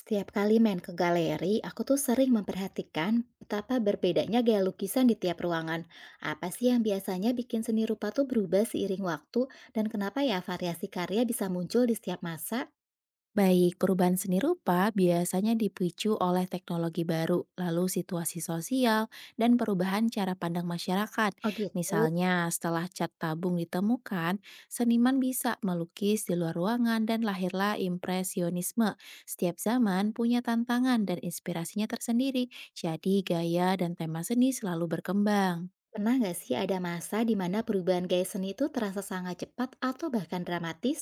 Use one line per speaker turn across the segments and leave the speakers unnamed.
Setiap kali main ke galeri, aku tuh sering memperhatikan betapa berbedanya gaya lukisan di tiap ruangan. Apa sih yang biasanya bikin seni rupa tuh berubah seiring waktu dan kenapa ya variasi karya bisa muncul di setiap masa?
Baik, perubahan seni rupa biasanya dipicu oleh teknologi baru, lalu situasi sosial, dan perubahan cara pandang masyarakat.
Oh gitu.
Misalnya, setelah cat tabung ditemukan, seniman bisa melukis di luar ruangan dan lahirlah impresionisme. Setiap zaman punya tantangan dan inspirasinya tersendiri, jadi gaya dan tema seni selalu berkembang.
Pernah nggak sih ada masa di mana perubahan gaya seni itu terasa sangat cepat atau bahkan dramatis?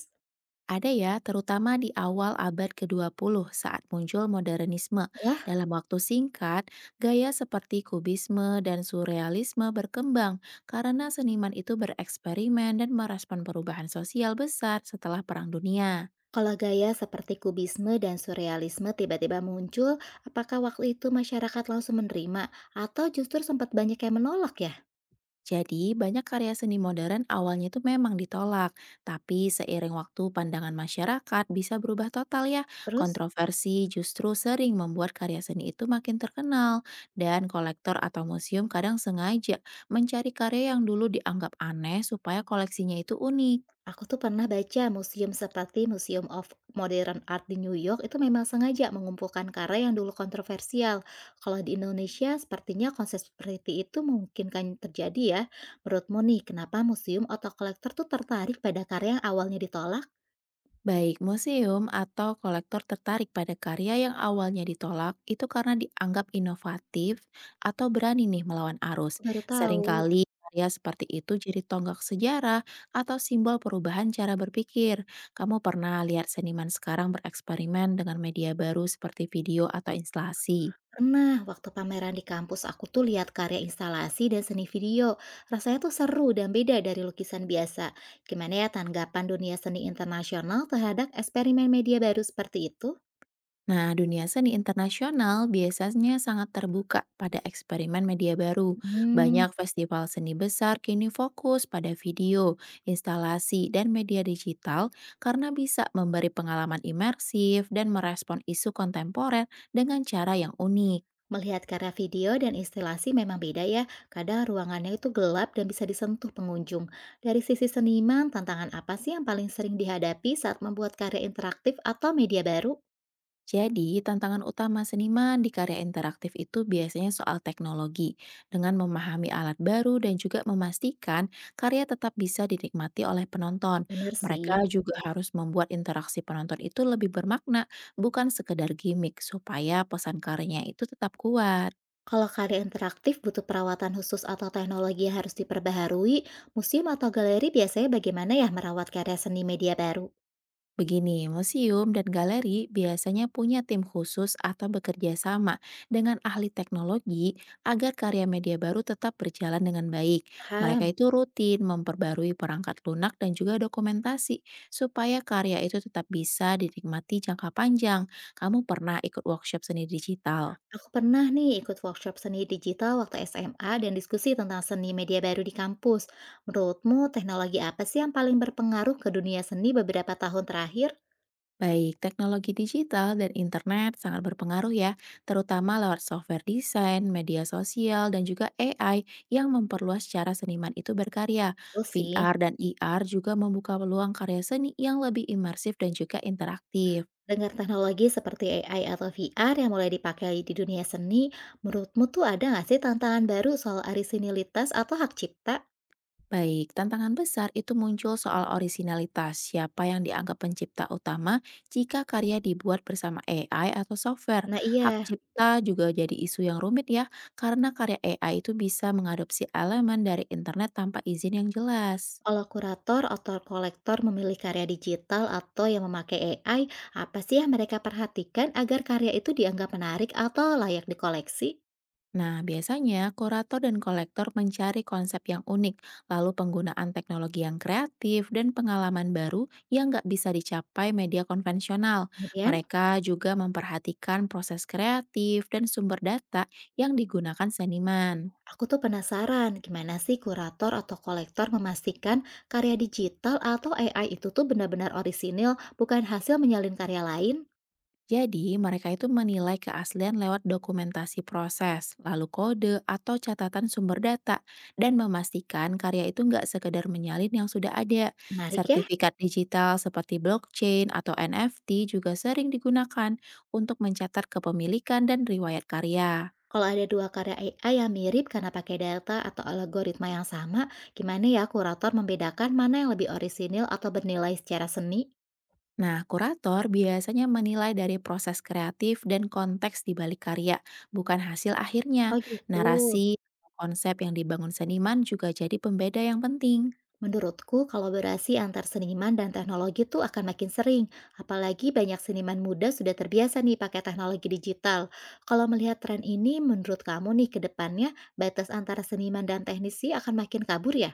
Ada ya, terutama di awal abad kedua puluh saat muncul modernisme.
Wah,
Dalam waktu singkat, gaya seperti kubisme dan surrealisme berkembang karena seniman itu bereksperimen dan merespon perubahan sosial besar setelah Perang Dunia.
kalau gaya seperti kubisme dan surrealisme tiba-tiba muncul, apakah waktu itu masyarakat langsung menerima atau justru sempat banyak yang menolak ya?
Jadi, banyak karya seni modern awalnya itu memang ditolak, tapi seiring waktu pandangan masyarakat bisa berubah total ya.
Terus,
Kontroversi justru sering membuat karya seni itu makin terkenal, dan kolektor atau museum kadang sengaja mencari karya yang dulu dianggap aneh supaya koleksinya itu unik.
aku tuh pernah baca museum seperti Museum of Modern Art di New York itu memang sengaja mengumpulkan karya yang dulu kontroversial. Kalau di Indonesia, sepertinya konsep seperti itu mungkin kan terjadi ya. Menurutmu nih, kenapa museum atau kolektor tuh tertarik pada karya yang awalnya ditolak?
Baik museum atau kolektor tertarik pada karya yang awalnya ditolak itu karena dianggap inovatif atau berani nih melawan arus.
Baru tahu.
Seringkali karya seperti itu jadi tonggak sejarah atau simbol perubahan cara berpikir. Kamu pernah lihat seniman sekarang bereksperimen dengan media baru seperti video atau instalasi?
Pernah, waktu pameran di kampus aku tuh lihat karya instalasi dan seni video. Rasanya tuh seru dan beda dari lukisan biasa. Gimana ya tanggapan dunia seni internasional terhadap eksperimen media baru seperti itu?
Nah, dunia seni internasional biasanya sangat terbuka pada eksperimen media baru.
Hmm,
Banyak festival seni besar kini fokus pada video, instalasi, dan media digital karena bisa memberi pengalaman imersif dan merespon isu kontemporer dengan cara yang unik.
melihat karya video dan instalasi memang beda ya. Kadang ruangannya itu gelap dan bisa disentuh pengunjung. Dari sisi seniman, tantangan apa sih yang paling sering dihadapi saat membuat karya interaktif atau media baru?
Jadi, tantangan utama seniman di karya interaktif itu biasanya soal teknologi, dengan memahami alat baru dan juga memastikan karya tetap bisa dinikmati oleh penonton.
Bener sih.
Mereka juga harus membuat interaksi penonton itu lebih bermakna, bukan sekedar gimmick, supaya pesan karyanya itu tetap kuat.
Kalau karya interaktif butuh perawatan khusus atau teknologi yang harus diperbaharui, museum atau galeri biasanya bagaimana ya merawat karya seni media baru?
Begini, museum dan galeri biasanya punya tim khusus atau bekerja sama dengan ahli teknologi agar karya media baru tetap berjalan dengan baik. Mereka
Paham.
itu rutin memperbarui perangkat lunak dan juga dokumentasi supaya karya itu tetap bisa dinikmati jangka panjang. Kamu pernah ikut workshop seni digital?
Aku pernah nih ikut workshop seni digital waktu SMA dan diskusi tentang seni media baru di kampus. Menurutmu teknologi apa sih yang paling berpengaruh ke dunia seni beberapa tahun terakhir?
Baik, teknologi digital dan internet sangat berpengaruh ya, terutama lewat software desain, media sosial, dan juga AI yang memperluas cara seniman itu berkarya.
Oh sih,
VR dan IR juga membuka peluang karya seni yang lebih imersif dan juga interaktif.
dengar teknologi seperti AI atau VR yang mulai dipakai di dunia seni, menurutmu tuh ada nggak sih tantangan baru soal arisinilitas atau hak cipta?
Baik, tantangan besar itu muncul soal orisinalitas, siapa yang dianggap pencipta utama jika karya dibuat bersama AI atau software.
Nah
Hak
iya,
cipta juga jadi isu yang rumit ya, karena karya AI itu bisa mengadopsi elemen dari internet tanpa izin yang jelas.
kalau kurator atau kolektor memilih karya digital atau yang memakai AI, apa sih yang mereka perhatikan agar karya itu dianggap menarik atau layak dikoleksi?
Nah, biasanya kurator dan kolektor mencari konsep yang unik, lalu penggunaan teknologi yang kreatif dan pengalaman baru yang nggak bisa dicapai media konvensional.
Kemudian,
Mereka juga memperhatikan proses kreatif dan sumber data yang digunakan seniman.
aku tuh penasaran gimana sih kurator atau kolektor memastikan karya digital atau AI itu tuh benar-benar orisinil, bukan hasil menyalin karya lain?
Jadi, mereka itu menilai keaslian lewat dokumentasi proses, lalu kode atau catatan sumber data, dan memastikan karya itu nggak sekedar menyalin yang sudah ada.
Menarik ya?
Sertifikat digital seperti blockchain atau NFT juga sering digunakan untuk mencatat kepemilikan dan riwayat karya.
Kalau ada dua karya AI yang mirip karena pakai data atau algoritma yang sama, gimana ya kurator membedakan mana yang lebih orisinil atau bernilai secara seni?
Nah, kurator biasanya menilai dari proses kreatif dan konteks di balik karya, bukan hasil akhirnya.
Oh gitu.
Narasi, konsep yang dibangun seniman juga jadi pembeda yang penting.
Menurutku kolaborasi antar seniman dan teknologi tuh akan makin sering, apalagi banyak seniman muda sudah terbiasa nih pakai teknologi digital. Kalau melihat tren ini, menurut kamu nih ke depannya batas antara seniman dan teknisi akan makin kabur ya?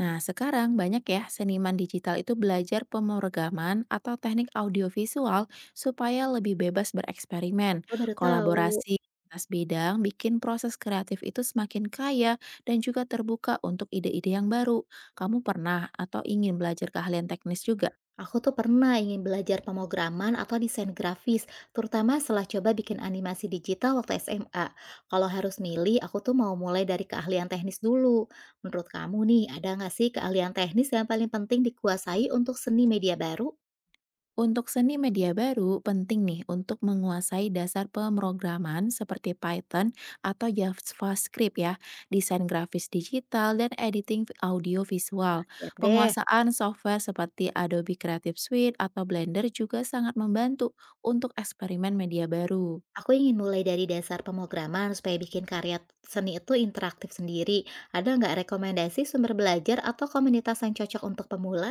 Nah, sekarang banyak ya seniman digital itu belajar pemrograman atau teknik audiovisual supaya lebih bebas bereksperimen.
Aku baru tahu.
Kolaborasi lintas bidang bikin proses kreatif itu semakin kaya dan juga terbuka untuk ide-ide yang baru. Kamu pernah atau ingin belajar keahlian teknis juga?
Aku tuh pernah ingin belajar pemrograman atau desain grafis, terutama setelah coba bikin animasi digital waktu SMA. Kalau harus milih, aku tuh mau mulai dari keahlian teknis dulu. Menurut kamu nih, ada nggak sih keahlian teknis yang paling penting dikuasai untuk seni media baru?
Untuk seni media baru, penting nih untuk menguasai dasar pemrograman seperti Python atau JavaScript ya, desain grafis digital, dan editing audio visual.
Siap deh.
Penguasaan software seperti Adobe Creative Suite atau Blender juga sangat membantu untuk eksperimen media baru.
Aku ingin mulai dari dasar pemrograman supaya bikin karya seni itu interaktif sendiri. Ada nggak rekomendasi sumber belajar atau komunitas yang cocok untuk pemula?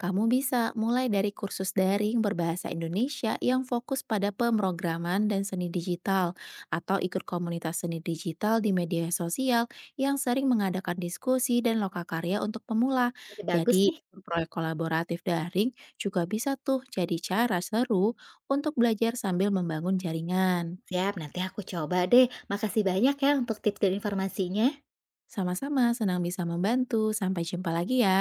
Kamu bisa mulai dari kursus daring berbahasa Indonesia yang fokus pada pemrograman dan seni digital, atau ikut komunitas seni digital di media sosial yang sering mengadakan diskusi dan lokakarya untuk pemula.
Jadi bagus
Jadi,
nih.
proyek kolaboratif daring juga bisa tuh jadi cara seru untuk belajar sambil membangun jaringan.
Siap, nanti aku coba deh. Makasih banyak ya untuk tips dan informasinya.
Sama-sama, senang bisa membantu. Sampai jumpa lagi ya.